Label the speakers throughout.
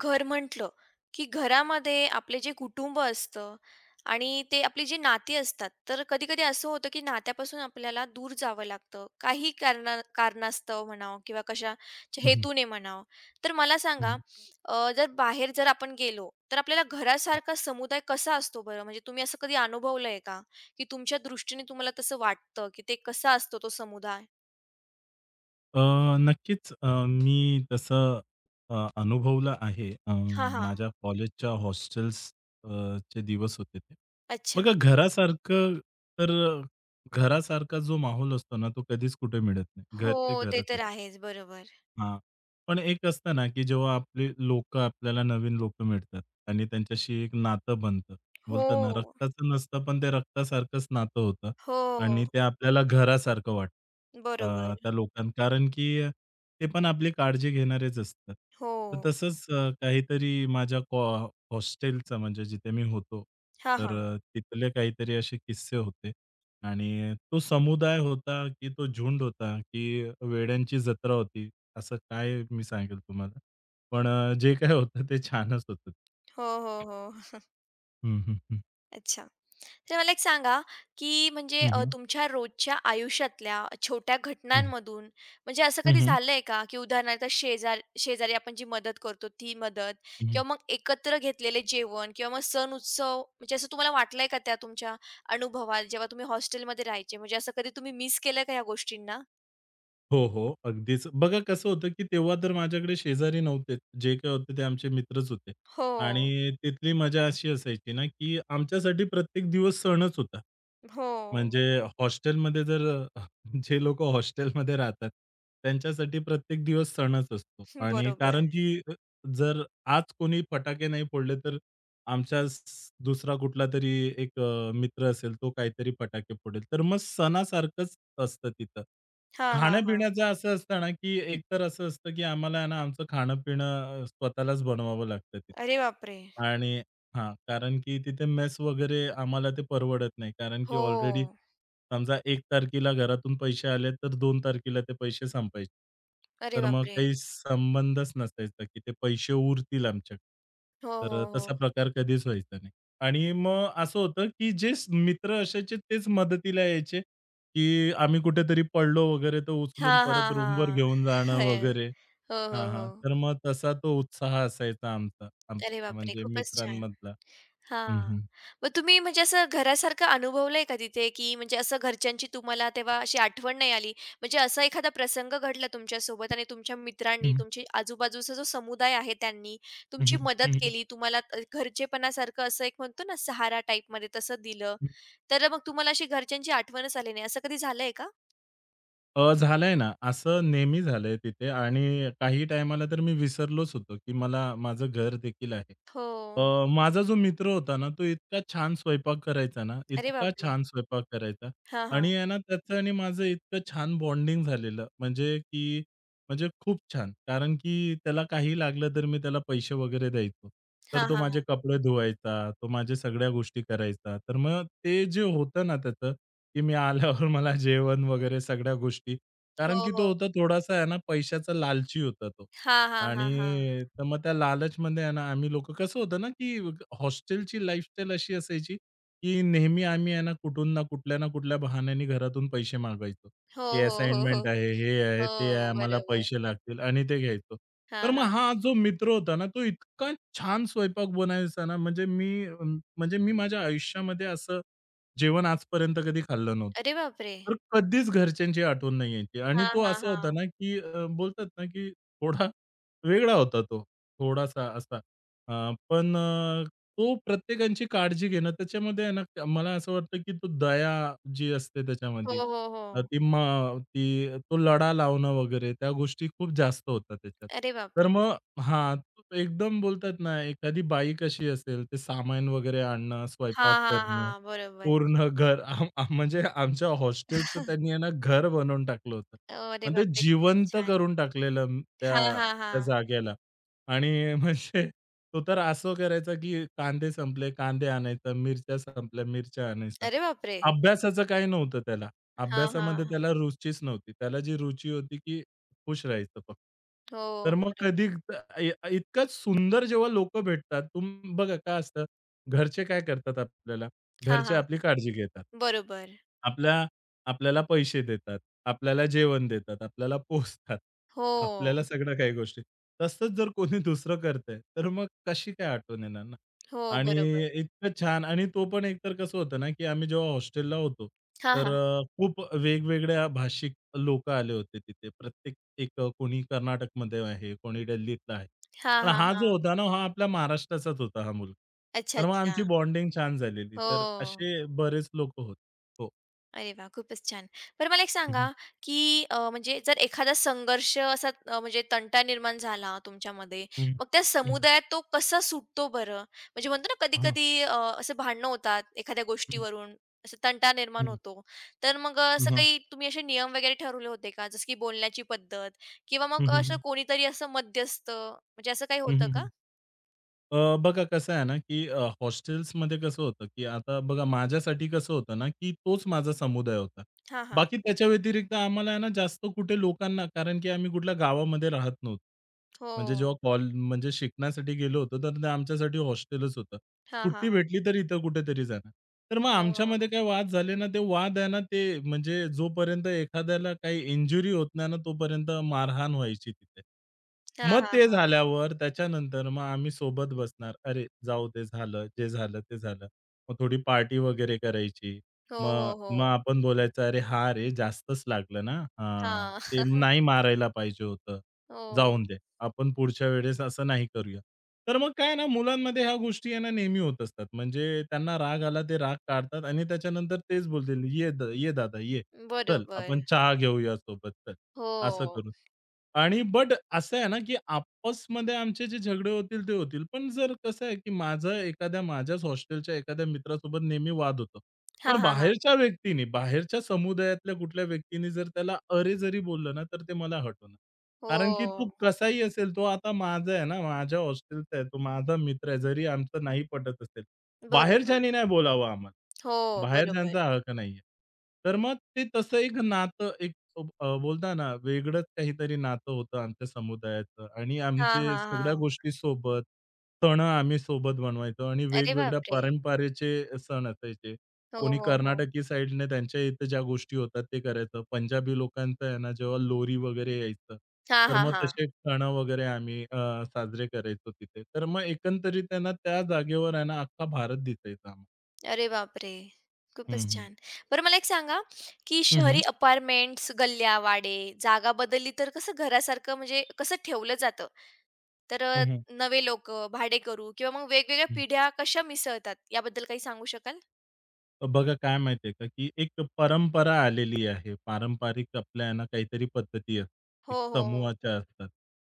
Speaker 1: घर म्हटलं, की घरामध्ये आपले जे कुटुंब असतं आणि ते आपली जी नाती असतात, तर कधी-कधी असं होतं, की नात्यापासून आपल्याला दूर जावं लागतं. काही कारणास्तव म्हणावं किंवा कशाच्या
Speaker 2: हं, हं,
Speaker 1: हेतूने म्हणावं. तर मला सांगा, जर बाहेर जर आपण गेलो, तर आपल्याला घरासारखा समुदाय कसा असतो बरं? म्हणजे तुम्ही असं कधी अनुभवलंय का? की तुमच्या दृष्टीने तुम्हाला तसं वाटतं, की ते कसा असतो तो समुदाय?
Speaker 2: नक्कीच मी तसं अनुभवलं आहे.
Speaker 1: हां, हां.
Speaker 2: माझ्या कॉलेजच्या हॉस्टेल्स अ, चे दिवस होते ते.
Speaker 1: अच्छा.
Speaker 2: बघा तर घरासारखा जो माहोल असतो ना, तो कधीच कुठे मिळत नाही. घर
Speaker 1: हो,
Speaker 2: ते
Speaker 1: ते
Speaker 2: घरच असतं.
Speaker 1: तर आहेच. बरोबर.
Speaker 2: हां. पण एक असतं ना, की जेव्हा आपली लोकं आपल्याला नवीन लोकं मिळतात आणि त्यांच्याशी एक नातं बनतं. बोलतात ना,
Speaker 1: हो.
Speaker 2: रक्ताचं नसतं, पण ते रक्तासारखंच नातं होतं
Speaker 1: हो.
Speaker 2: आणि ते आपल्याला घरासारखं वाटतं. अ,
Speaker 1: बरोबर.
Speaker 2: त्या लोकां कारण की ते पण आपली काळजी घेणारेच असतात.
Speaker 1: हो.
Speaker 2: तर तसंच काहीतरी माझ्या हॉस्टेलचं, म्हणजे जिथे मी होतो,
Speaker 1: हां,
Speaker 2: तर
Speaker 1: हां.
Speaker 2: तिथले काहीतरी असे किस्से होते आणि तो समुदाय होता, की तो झुंड होता, की वेड्यांची जत्रा होती. असं काय मी सांगेल तुम्हाला. पण जे काही होतं ते छानच होतं.
Speaker 1: हो, हो, हो.
Speaker 2: हं, हं, हं.
Speaker 1: अच्छा. तर मला एक सांगा, की म्हणजे
Speaker 2: हं, हं.
Speaker 1: तुमच्या रोजच्या आयुष्यातल्या छोट्या घटनांमधून म्हणजे असं
Speaker 2: हं,
Speaker 1: कधी
Speaker 2: हं,
Speaker 1: झालंय का, की उदाहरणार्थ शेजारी आपण जी मदत करतो ती मदत
Speaker 2: हं.
Speaker 1: किंवा मग एकत्र घेतलेले जेवण किंवा मग सण-उत्सव म्हणजे असं तुम्हाला वाटलंय का त्या तुमच्या अनुभवात जेव्हा तुम्ही हॉस्टेलमध्ये राहायचे म्हणजे असं कधी तुम्ही मिस केलं का ह्या गोष्टींना?
Speaker 2: हो, हो. अगदीच. बघा कसं होतं, की तेव्हा तर माझ्याकडे शेजारी नव्हते. जे काही होते ते आमचे मित्रच होते.
Speaker 1: हो.
Speaker 2: आणि तिथली मजा अशी असायची ना, की आमच्यासाठी प्रत्येक दिवस सणच होता.
Speaker 1: हो.
Speaker 2: म्हणजे हॉस्टेलमध्ये जर अ, जे लोकं हॉस्टेलमध्ये राहतात, त्यांच्यासाठी प्रत्येक दिवस सणच असतो. आणि
Speaker 1: बरोबर.
Speaker 2: कारण की जर आज कोणी फटाके नाही फोडले, तर आमचा स दुसरा कुठलातरी एक मित्र असेल, तो काहीतरी फटाके फोडेल. तर मग सणासारखंच असतं तिथं.
Speaker 1: हां, हां, हां.
Speaker 2: असं असतं ना, की एकतर असं असतं, की आम्हाला आहे ना आमचं खाणं-पिणं स्वतःलाच बनवावं लागतं तिथे.
Speaker 1: अरे बापरे!
Speaker 2: आणि हां, कारण की तिथे मेस वगैरे आम्हाला ते परवडत नाही. कारण की
Speaker 1: हो.
Speaker 2: ऑलरेडी समजा 1 तारखेला घरातून पैसे आले, तर 2 तारखेला ते पैसे संपायचे.
Speaker 1: अरे
Speaker 2: तर मग
Speaker 1: बापरे!
Speaker 2: काही संबंधच नसायचा, की ते पैसे उरतील आमच्याकडे.
Speaker 1: हो, हो,
Speaker 2: तर
Speaker 1: हो.
Speaker 2: तसा प्रकार कधीच व्हायचा नाही. आणि मग असं होतं, की मित्र असायचे तेच मदतीला यायचे. की आम्ही कुठेतरी पडलो वगैरे तर उचलून
Speaker 1: हां,
Speaker 2: परत
Speaker 1: हां,
Speaker 2: रूमवर
Speaker 1: हां.
Speaker 2: घेऊन जाणं
Speaker 1: हं.
Speaker 2: वगैरे.
Speaker 1: हो, हो,
Speaker 2: हां,
Speaker 1: हो.
Speaker 2: हां. तर मग तसा तो उत्साह असायचा आमचा,
Speaker 1: अरे बापरे!
Speaker 2: म्हणजे
Speaker 1: खूपच छान.
Speaker 2: मित्रांमधला. हं,
Speaker 1: हां.
Speaker 2: हं.
Speaker 1: मग तुम्ही म्हणजे असं घरासारखं अनुभवलंय का तिथे, की म्हणजे असं घरच्यांची तुम्हाला तेव्हा अशी आठवण नाही आली? म्हणजे असा एखादा प्रसंग घडला तुमच्यासोबत आणि तुमच्या
Speaker 2: हं,
Speaker 1: मित्रांनी,
Speaker 2: हं.
Speaker 1: तुमची आजूबाजूचा जो समुदाय आहे त्यांनी
Speaker 2: हं,
Speaker 1: तुमची
Speaker 2: हं. हं,
Speaker 1: मदत
Speaker 2: हं.
Speaker 1: केली, तुम्हाला घरचेपणासारखं असं एक म्हणतो ना सहारा टाइपमध्ये तसं दिलं, तर मग तुम्हाला अशी घरच्यांची आठवणच आली नाही, असं कधी झालंय का?
Speaker 2: झालंय ना. असं नेहमी झालंय तिथे, आणि काही टायमाला तर मी विसरलोच होतो, की मला माझं घर देखील आहे.
Speaker 1: हो.
Speaker 2: माझा जो मित्र होता ना, तो इतका छान स्वयंपाक करायचा ना,
Speaker 1: अरे
Speaker 2: इतका
Speaker 1: बापरे!
Speaker 2: छान स्वयंपाक करायचा.
Speaker 1: हां, हां.
Speaker 2: आणि आहे ना त्याचं आणि माझं इतकं छान बॉन्डिंग झालेलं. म्हणजे खूप छान. कारण की त्याला काही लागलं तर मी त्याला पैसे वगैरे द्यायचो.
Speaker 1: हां,
Speaker 2: तर तो
Speaker 1: हां,
Speaker 2: माझे
Speaker 1: हां.
Speaker 2: कपडे धुवायचा, तो माझ्या सगळ्या गोष्टी करायचा. तर मग ते जे होतं ना त्याचं, की मी आल्यावर मला जेवण वगैरे सगळ्या गोष्टी. कारण
Speaker 1: हो,
Speaker 2: की तो
Speaker 1: हो.
Speaker 2: होता थोडासा आहे ना, पैशाचा लालची होता तो.
Speaker 1: हां, हां, हां, हां.
Speaker 2: आणि तर मग त्या लालचमध्ये आहे ना, आम्ही लोकं कसं होतं ना, की हॉस्टेलची लाईफस्टाईल अशी असायची, की नेहमी आम्ही आहे ना कुठून ना कुठल्या ना कुठल्या बहाण्याने घरातून पैसे मागायचो.
Speaker 1: हो,
Speaker 2: ही
Speaker 1: हो, हो, हो.
Speaker 2: असाइनमेंट आहे, हे आहे, ते आहे,
Speaker 1: हो,
Speaker 2: आम्हाला
Speaker 1: बरोबर.
Speaker 2: पैसे लागतील आणि ते घ्यायचो.
Speaker 1: हां,
Speaker 2: तर मग
Speaker 1: हां.
Speaker 2: हा जो मित्र होता ना, तो इतका छान स्वयंपाक बनवायचा ना, म्हणजे मी म्हणजे मी माझ्या आयुष्यामध्ये असं जेवण आजपर्यंत कधी खाल्लं नव्हतं.
Speaker 1: अरे बापरे!
Speaker 2: तर कधीच घरच्यांची आठवण नाही यायची. आणि
Speaker 1: हां,
Speaker 2: तो
Speaker 1: हां,
Speaker 2: असा होता
Speaker 1: हां.
Speaker 2: ना, की बोलतात ना, की थोडा वेगळा होता तो, थोडासा असा. पण तो प्रत्येकांची काळजी घेणं त्याच्यामध्ये आहे ना, मला असं वाटतं, की तो दया जी असते
Speaker 1: हो,
Speaker 2: त्याच्यामध्ये
Speaker 1: हो, हो.
Speaker 2: अ, ती मग ती तो लळा लावणं वगैरे त्या गोष्टी खूप जास्त होतात त्याच्यात.
Speaker 1: अरे
Speaker 2: तर
Speaker 1: बापरे!
Speaker 2: मग हा तो एकदम बोलतात ना, एखादी बाई कशी असेल, ते सामान वगैरे आणणं,
Speaker 1: हां,
Speaker 2: स्वयंपाक
Speaker 1: हां,
Speaker 2: करणं,
Speaker 1: हां. बरोबर.
Speaker 2: पूर्ण घर आम आम म्हणजे आमच्या हॉस्टेलचं त्यांनी आहे ना, घर बनवून टाकलं होतं.
Speaker 1: अरे
Speaker 2: पण ते
Speaker 1: बापरे! खूपच
Speaker 2: जिवंत
Speaker 1: छान.
Speaker 2: करून टाकलेलं त्या
Speaker 1: हां, हां, हां.
Speaker 2: त्या जागेला. आणि म्हणजे तो तर असं करायचा, की कांदे संपले, कांदे आणायचा, मिरच्या संपल्या, मिरच्या आणायचा.
Speaker 1: अरे बापरे!
Speaker 2: अभ्यासाचं काही नव्हतं त्याला.
Speaker 1: हां,
Speaker 2: अभ्यासामध्ये
Speaker 1: हां.
Speaker 2: त्याला रुचीच नव्हती. त्याला जी रुची होती, की खुश राहायचं फक्त.
Speaker 1: हो,
Speaker 2: तर मग
Speaker 1: बरोबर.
Speaker 2: कधी इतकं सुंदर जेव्हा लोकं भेटतात, बघा काय असतं, घरचे काय करतात आपल्याला?
Speaker 1: हां,
Speaker 2: घरचे
Speaker 1: हां.
Speaker 2: आपली काळजी घेतात.
Speaker 1: बरोबर.
Speaker 2: आपल्या आपल्याला पैसे देतात, आपल्याला जेवण देतात, आपल्याला पोसतात,
Speaker 1: हो,
Speaker 2: आपल्याला सगळ्या काही गोष्टी. तसंच जर कोणी दुसरं करतंय, तर मग कशी काय आठवण येणार ना?
Speaker 1: हो,
Speaker 2: आणि
Speaker 1: बरोबर.
Speaker 2: इतकं छान. आणि तो पण एकतर कसं होतं ना, की आम्ही जेव्हा हॉस्टेलला होतो,
Speaker 1: हां,
Speaker 2: तर
Speaker 1: हां.
Speaker 2: खूप वेगवेगळ्या भाषिक लोकं आले होते तिथे. प्रत्येक एक कोणी कर्नाटकमध्ये आहे, कोणी दिल्लीतला आहे.
Speaker 1: हां,
Speaker 2: पण
Speaker 1: हां,
Speaker 2: हा जो
Speaker 1: हां.
Speaker 2: होता ना, हा आपल्या महाराष्ट्राचाच होता हा मुलगा.
Speaker 1: अच्छा,
Speaker 2: तर मग
Speaker 1: अच्छा.
Speaker 2: आमची बॉन्डिंग छान झालेली. तर
Speaker 1: हो.
Speaker 2: असे बरेच लोकं होते. हो.
Speaker 1: अरे वाह! खूपच छान. बरं मला एक
Speaker 2: हं,
Speaker 1: सांगा,
Speaker 2: हं,
Speaker 1: की म्हणजे जर एखादा संघर्ष असा म्हणजे तंटा निर्माण झाला तुमच्यामध्ये,
Speaker 2: हं,
Speaker 1: मग त्या
Speaker 2: हं.
Speaker 1: समुदायात तो कसा सुटतो बरं? म्हणजे म्हणतो ना
Speaker 2: हां.
Speaker 1: कधी-कधी, असं भांडणं होतात एखाद्या
Speaker 2: हं,
Speaker 1: गोष्टीवरून, असं तंटा निर्माण
Speaker 2: हं.
Speaker 1: होतो. तर मग असं
Speaker 2: हां.
Speaker 1: काही तुम्ही असे नियम वगैरे ठरवले होते का? जसं की बोलण्याची पद्धत किंवा
Speaker 2: हं,
Speaker 1: मग
Speaker 2: हं,
Speaker 1: असं
Speaker 2: हं.
Speaker 1: कोणीतरी असं मध्यस्थ म्हणजे असं काही
Speaker 2: हं,
Speaker 1: होतं
Speaker 2: हं,
Speaker 1: का?
Speaker 2: हं. बघा कसं आहे ना, की हॉस्टेल्समध्ये कसं होतं, की आता बघा माझ्यासाठी कसं होतं ना, की तोच माझा समुदाय होता.
Speaker 1: हां, हां.
Speaker 2: बाकी त्याच्या व्यतिरिक्त आम्हाला आहे ना, जास्त कुठे लोकांना, कारण की आम्ही कुठल्या गावामध्ये राहत नव्हतो. म्हणजे जेव्हा
Speaker 1: हो.
Speaker 2: म्हणजे शिकण्यासाठी गेलो होतो, तर ते आमच्यासाठी हॉस्टेलच होतं.
Speaker 1: हां, हां,
Speaker 2: सुट्टी
Speaker 1: हां.
Speaker 2: भेटली तर इथं कुठेतरी जाणार. तर मग
Speaker 1: हो.
Speaker 2: आमच्यामध्ये काही वाद झाले ना, ते वाद आहे ना, ते म्हणजे जोपर्यंत एखाद्याला काही इंजुरी होत नाही ना, तोपर्यंत मारहाण व्हायची तिथे.
Speaker 1: हां,
Speaker 2: मग
Speaker 1: हां,
Speaker 2: ते
Speaker 1: हां.
Speaker 2: झाल्यावर त्याच्यानंतर मग आम्ही सोबत बसणार. अरे, जाऊ दे झालं, जे झालं ते झालं. मग थोडी पार्टी वगैरे करायची.
Speaker 1: हो,
Speaker 2: मग
Speaker 1: हो, हो.
Speaker 2: मग आपण बोलायचं, "अरे हां रे, जास्तच लागलं ना? हां,
Speaker 1: हां.
Speaker 2: ते नाही मारायला पाहिजे होतं. जाऊन
Speaker 1: हो.
Speaker 2: दे." आपण पुढच्या वेळेस असं नाही करूया. तर मग काय ना, मुलांमध्ये ह्या गोष्टी आहे ना नेहमी होत असतात. म्हणजे त्यांना राग आला, ते राग काढतात आणि त्याच्यानंतर तेच बोलतील, ये दादा ये. चल
Speaker 1: बरोबर.
Speaker 2: आपण चहा घेऊया सोबत चल." असं
Speaker 1: हो.
Speaker 2: करून. आणि बट असं आहे ना, की आपसमध्ये आमचे जे झगडे होतील, ते होतील. पण जर कसं आहे, की माझं एखाद्या माझ्याच हॉस्टेलच्या एखाद्या मित्रासोबत नेहमी वाद होतो.
Speaker 1: हां,
Speaker 2: पण
Speaker 1: हां, हां.
Speaker 2: बाहेरच्या व्यक्तीनी, बाहेरच्या समुदायातल्या कुठल्या व्यक्तीनी जर त्याला अरे जरी बोललं ना, तर ते मला हटवणार.
Speaker 1: हो.
Speaker 2: कारण की तो कसाही असेल, तो आता माझा आहे ना, माझ्या हॉस्टेलचा आहे, तो माझा मित्र आहे. जरी आमचं नाही पटत असेल,
Speaker 1: बरोबर.
Speaker 2: बाहेरच्यानी नाही बोलावं आम्हाला.
Speaker 1: हो, बरोबर.
Speaker 2: बाहेरच्यांचा हक्क नाहीये. तर मग ते तसं एक नातं, बोलता ना, वेगळंच काहीतरी नातं होतं आमच्या समुदायाचं. आणि
Speaker 1: हां,
Speaker 2: आमचे
Speaker 1: हां,
Speaker 2: सगळ्या
Speaker 1: हां.
Speaker 2: गोष्टी सोबत, सणं आम्ही सोबत बनवायचो आणि
Speaker 1: अरे
Speaker 2: वेगवेगळ्या
Speaker 1: बापरे!
Speaker 2: परंपरेचे सण असायचे.
Speaker 1: हो,
Speaker 2: कोणी
Speaker 1: हो, हो.
Speaker 2: कर्नाटकी साइडने त्यांच्या इथे ज्या गोष्टी होतात ते करायचं. पंजाबी लोकांचं आहे ना, जेव्हा लोरी वगैरे यायचं,
Speaker 1: हां,
Speaker 2: तर
Speaker 1: हां,
Speaker 2: मग
Speaker 1: हां.
Speaker 2: तसे सणं वगैरे आम्ही साजरे करायचो तिथे. तर मग एकंदरीत आहे ना, त्या जागेवर आहे ना, अख्खा भारत दिसायचा आम्हाला.
Speaker 1: अरे बापरे!
Speaker 2: हं,
Speaker 1: खूपच
Speaker 2: हं.
Speaker 1: छान. बरं मला एक सांगा, की शहरी अपार्टमेंट्स, गल्ल्या, वाडे, जागा बदलली तर कसं घरासारखं म्हणजे कसं ठेवलं जातं? तर
Speaker 2: हं, हं,
Speaker 1: नवे लोकं, भाडेकरू किंवा मग वेगवेगळ्या
Speaker 2: हं.
Speaker 1: पिढ्या कशा मिसळतात याबद्दल काही सांगू शकाल?
Speaker 2: तर बघा काय माहिती का, की एक परंपरा आलेली आहे. पारंपरिक आपल्या आहे ना, काहीतरी पद्धती असतात.
Speaker 1: हो,
Speaker 2: एक
Speaker 1: हो, हो.
Speaker 2: समूहाच्या असतात,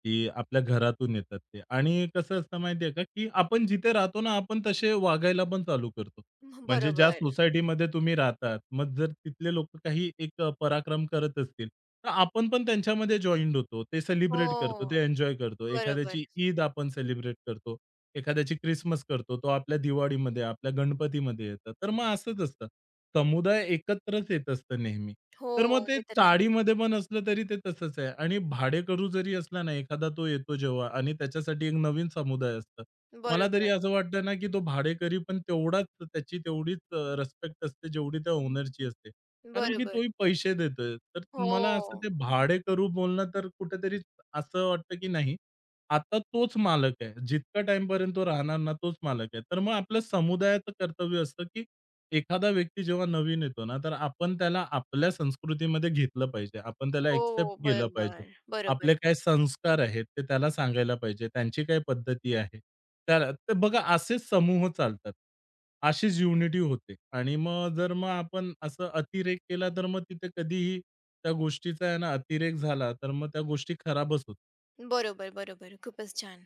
Speaker 2: की आपल्या घरातून येतात ते. आणि कसं असतं माहिती आहे का, की आपण जिथे राहतो ना, आपण तसे वागायला पण चालू करतो. म्हणजे ज्या
Speaker 1: बरोबर.
Speaker 2: सोसायटीमध्ये तुम्ही राहतात, मग जर तिथले लोकं काही एक पराक्रम करत असतील, तर आपण पण त्यांच्यामध्ये जॉइंड होतो. ते सेलिब्रेट करतो,
Speaker 1: हो.
Speaker 2: ते एन्जॉय करतो.
Speaker 1: बरोबर.
Speaker 2: एखाद्याची ईद आपण सेलिब्रेट करतो. एखाद्याची क्रिसमस करतो, तो आपल्या दिवाळीमध्ये, आपल्या गणपतीमध्ये येतं. तर मग असंच असतं. समुदाय एकत्रच येत असतं नेहमी.
Speaker 1: हो,
Speaker 2: तर मग ते
Speaker 1: ते तर आहेच.
Speaker 2: चाळीमध्ये पण असलं तरी ते तसंच आहे. आणि भाडेकरू जरी असला ना एखादा, तो येतो जेव्हा, आणि त्याच्यासाठी एक नवीन समुदाय असतं. मला तरी
Speaker 1: बरोबर,
Speaker 2: असं वाटतं ना, की तो भाडेकरी पण तेवढाच, त्याची तेवढीच असते, जेवढी त्या ओनरची असते. कारण की
Speaker 1: बरोबर.
Speaker 2: तोही पैसे देतोय. तर मला असं
Speaker 1: हो,
Speaker 2: ते भाडेकरू बोलणं तर कुठेतरी असं वाटतं, की नाही, आता तोच मालक आहे. जितका टाईमपर्यंत तो राहणार ना, तोच मालक आहे. तर मग आपलं समुदायाचं कर्तव्य असतं, की एखादा व्यक्ती जेव्हा नवीन येतो ना, तर आपण त्याला आपल्या संस्कृतीमध्ये घेतलं पाहिजे. आपण त्याला एक्सेप्ट
Speaker 1: हो,
Speaker 2: केलं
Speaker 1: बरोबर,
Speaker 2: पाहिजे.
Speaker 1: बरोबर,
Speaker 2: आपले काय संस्कार आहेत, ते त्याला सांगायला पाहिजे. त्यांची काय पद्धती आहे त्याला. तर बघा, असेच समूह चालतात. अशीच युनिटी होते. आणि मग जर मग आपण असं अतिरेक केला, तर मग तिथे कधीही त्या गोष्टीचा आहे ना, अतिरेक झाला, तर मग त्या गोष्टी खराबच होतात.
Speaker 1: बरोबर, बरोबर. खूपच छान.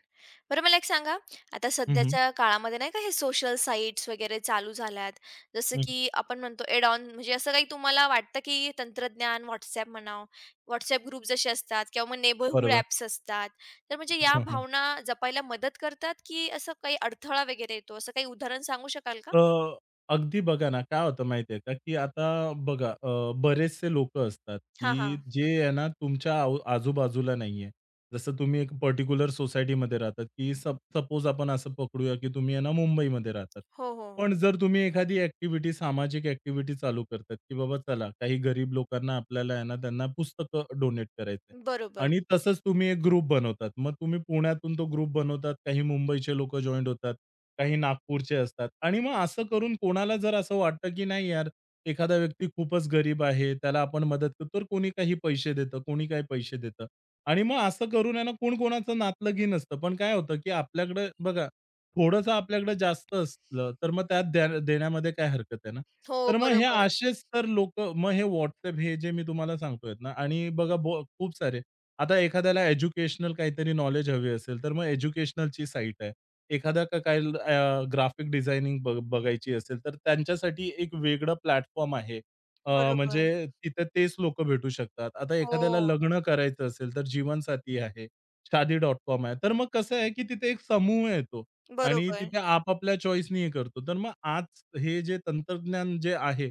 Speaker 1: बरं मला एक सांगा, आता
Speaker 2: हं, हं.
Speaker 1: सध्याच्या काळामध्ये नाही का हे सोशल साइट्स वगैरे चालू झाल्यात, जसं की आपण म्हणतो एड ऑन म्हणजे असं काही तुम्हाला वाटतं की तंत्रज्ञान, WhatsApp म्हणावं, WhatsApp ग्रुप जसे असतात किंवा मग नेबरहूड
Speaker 2: बरोबर.
Speaker 1: ॲप्स असतात, तर म्हणजे या
Speaker 2: हं, हं.
Speaker 1: भावना जपायला मदत करतात, की असं काही अडथळा वगैरे येतो, असं काही उदाहरण सांगू शकाल का?
Speaker 2: अ, अगदी बघा ना, काय होतं माहिती आहे का, की आता बघा बरेचसे लोकं असतात,
Speaker 1: हां,
Speaker 2: की
Speaker 1: हां.
Speaker 2: जे आहे ना, तुमच्या आजूबाजूला नाहीये. जसं तुम्ही एक पर्टिक्युलर सोसायटीमध्ये राहतात, की सपोज आपण असं पकडूया, की तुम्ही आहे ना, मुंबईमध्ये राहतात.
Speaker 1: हो, हो.
Speaker 2: पण जर तुम्ही एखादी ॲक्टिव्हिटी, सामाजिक ॲक्टिव्हिटी चालू करतात, की बाबा चला, काही गरीब लोकांना आपल्याला आहे ना, त्यांना पुस्तकं डोनेट करायचंय.
Speaker 1: बरोबर.
Speaker 2: आणि तसंच तुम्ही एक ग्रुप बनवतात. मग तुम्ही पुण्यातून तो ग्रुप बनवतात. काही मुंबईचे लोकं जॉइंट होतात. काही नागपूरचे असतात. आणि मग असं करून कोणाला जर असं वाटतं, की नाही यार, एखादा व्यक्ती खूपच गरीब आहे, त्याला आपण मदत करतो, तर कोणी काही पैसे देतं, कोणी काही पैसे देतं. आणि मग असं करून आहे ना, कोण कोणाचं नातलगही नसतं. पण काय होतं, की आपल्याकडे बघा, थोडंसं आपल्याकडे जास्त असलं, तर मग त्यात देण्यामध्ये काय हरकत आहे ना?
Speaker 1: हो,
Speaker 2: तर मग हे
Speaker 1: बरोबर.
Speaker 2: असेच तर लोकं, मग हे WhatsApp हे जे मी तुम्हाला सांगतोय ना, आणि बघा खूप सारे. आता एखाद्याला एज्युकेशनल काहीतरी नॉलेज हवी असेल, तर मग एज्युकेशनलची साईट आहे. एखादा ग्राफिक डिझायनिंग बघायची असेल, तर त्यांच्यासाठी एक वेगळं प्लॅटफॉर्म आहे.
Speaker 1: बरोबर.
Speaker 2: म्हणजे तिथे तेच लोकं भेटू शकतात. आता
Speaker 1: हो.
Speaker 2: एखाद्याला लग्न करायचं असेल, तर जीवनसाथी आहे. shaadi.com आहे. तर मग कसं आहे, की तिथे एक समूह येतो, आणि
Speaker 1: बरोबर.
Speaker 2: तिथे आपापल्या चॉईसनी हे करतो. तर मग आज हे जे तंत्रज्ञान जे आहे,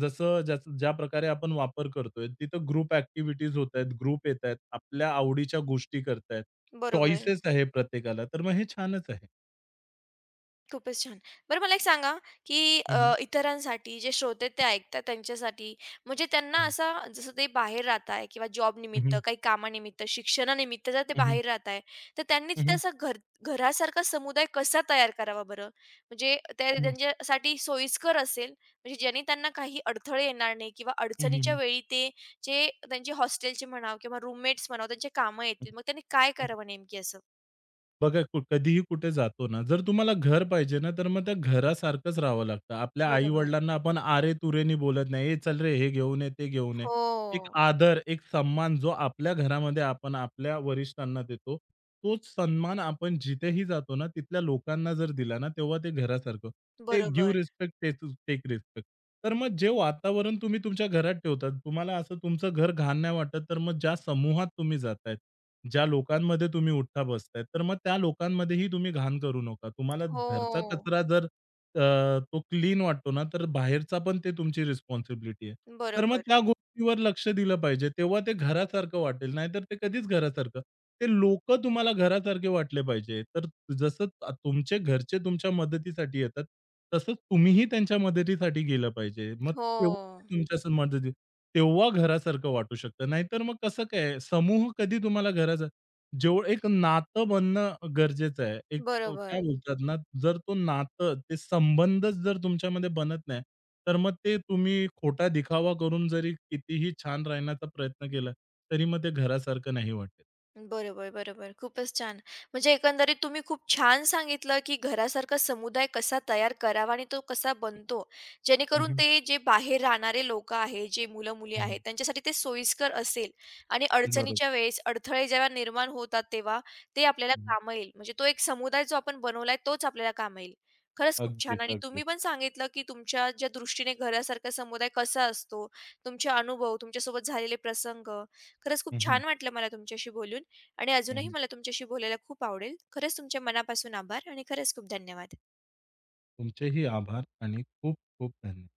Speaker 2: जसं ज्याचं ज्या प्रकारे आपण वापर करतोय, तिथं ग्रुप ॲक्टिव्हिटीज होतायत, ग्रुप येतायत, आपल्या आवडीच्या गोष्टी करतायत.
Speaker 1: बरोबर.
Speaker 2: चॉईसेस आहे प्रत्येकाला. तर मग हे छानच आहे.
Speaker 1: खूपच छान. बरं मला एक सांगा, की
Speaker 2: हं, हं.
Speaker 1: इतरांसाठी जे श्रोते ते ऐकतात त्यांच्यासाठी म्हणजे त्यांना
Speaker 2: हं,
Speaker 1: असा जसं ते बाहेर राहत आहे किंवा जॉबनिमित्त,
Speaker 2: हं.
Speaker 1: काही कामानिमित्त, शिक्षणानिमित्त जर ते
Speaker 2: हं, हं.
Speaker 1: बाहेर राहत आहे, तर त्यांनी
Speaker 2: हं,
Speaker 1: तिथे
Speaker 2: हं.
Speaker 1: असा घरासारखा समुदाय कसा तयार करावा बरं? म्हणजे त्या
Speaker 2: हं, हं.
Speaker 1: त्यांच्यासाठी सोयीस्कर असेल, म्हणजे ज्यांनी त्यांना काही अडथळे येणार नाही किंवा अडचणीच्या वेळी ते जे त्यांचे हॉस्टेलचे म्हणा किंवा रूममेट्स म्हणा त्यांचे कामं येतील. मग त्यांनी काय करावं नेमकी असं?
Speaker 2: बघा, कधीही कुठे जातो ना, जर तुम्हाला घर पाहिजे ना, तर मग त्या घरासारखंच राहावं लागतं. आपल्या
Speaker 1: बरोबर.
Speaker 2: आई-वडिलांना आपण आरे-तुरेनी बोलत नाही, "ए चल रे, हे घेऊन ये, ते घेऊन ये." एक
Speaker 1: हो,
Speaker 2: आदर, एक सन्मान जो आपल्या घरामध्ये आपण आपल्या वरिष्ठांना देतो, तोच सन्मान आपण जिथेही जातो ना, तिथल्या लोकांना जर दिला ना, तेव्हा ते घरासारखं. ते गिव्ह
Speaker 1: बरोबर.
Speaker 2: Respect, take respect. तर मग जे वातावरण तुम्ही तुमच्या घरात ठेवतात, तुम्हाला असं तुमचं घर घाण नाही वाटत, तर मग ज्या समूहात तुम्ही जाताय, ज्या लोकांमध्ये तुम्ही उठता बसताय, तर मग त्या लोकांमध्येही तुम्ही घाण करू नका. तुम्हाला
Speaker 1: हो.
Speaker 2: घरचा कचरा जर अ, तो क्लीन वाटतो ना, तर बाहेरचा पण ते तुमची रिस्पॉन्सिबिलिटी आहे. तर मग
Speaker 1: बरोबर.
Speaker 2: त्या गोष्टीवर लक्ष दिलं पाहिजे. तेव्हा ते घरासारखं वाटेल, नाहीतर ते कधीच घरासारखं. ते लोकं तुम्हाला घरासारखे वाटले पाहिजे. तर जसं तुमचे घरचे तुमच्या मदतीसाठी येतात, तसंच तुम्हीही त्यांच्या मदतीसाठी गेलं पाहिजे. मग तेव्हा
Speaker 1: हो.
Speaker 2: तुमच्या समोर दिली, तेव्हा घरासारखं वाटू शकतं. नाहीतर मग कसं काय समूह कधी तुम्हाला घराचा. एक नातं बनणं गरजेचं आहे. एक
Speaker 1: बरोबर.
Speaker 2: काय बोलतात ना, जर तो नातं, ते संबंधच जर तुमच्यामध्ये बनत नाही, तर मग ते तुम्ही खोटा दिखावा करून जरी कितीही छान राहण्याचा प्रयत्न केला, तरी मग ते घरासारखं नाही वाटत.
Speaker 1: बरोबर, बरोबर. खूपच छान. म्हणजे एकंदरीत तुम्ही खूप छान सांगितलं, की घरासारखा समुदाय कसा तयार करावा आणि तो कसा बनतो.
Speaker 2: हं,
Speaker 1: जेणेकरून
Speaker 2: हं.
Speaker 1: ते जे बाहेर राहणारे लोकं आहेत, जे मुलं-मुली आहेत, त्यांच्यासाठी ते सोयीस्कर असेल आणि
Speaker 2: बरोबर.
Speaker 1: अडचणीच्या वेळेस अडथळे जेव्हा निर्माण होतात तेव्हा ते आपल्याला
Speaker 2: हं,
Speaker 1: कामं येईल. म्हणजे तो एक समुदाय जो आपण बनवलाय तोच आपल्याला कामं येईल. खरंच खूप छान
Speaker 2: अगदीच,
Speaker 1: आणि तुम्ही
Speaker 2: अगदीच.
Speaker 1: पण सांगितलं, की तुमच्या ज्या दृष्टीने घरासारखा समुदाय कसा असतो, तुमचे अनुभव, तुमच्यासोबत झालेले प्रसंग. खरंच खूप
Speaker 2: हं, हं.
Speaker 1: छान वाटलं मला तुमच्याशी बोलून. आणि अजूनही मला तुमच्याशी बोलायला खूप आवडेल. खरंच तुमच्या मनापासून आभार आणि खरंच खूप धन्यवाद.
Speaker 2: तुमचेही आभार आणि खूप खूप धन्यवाद.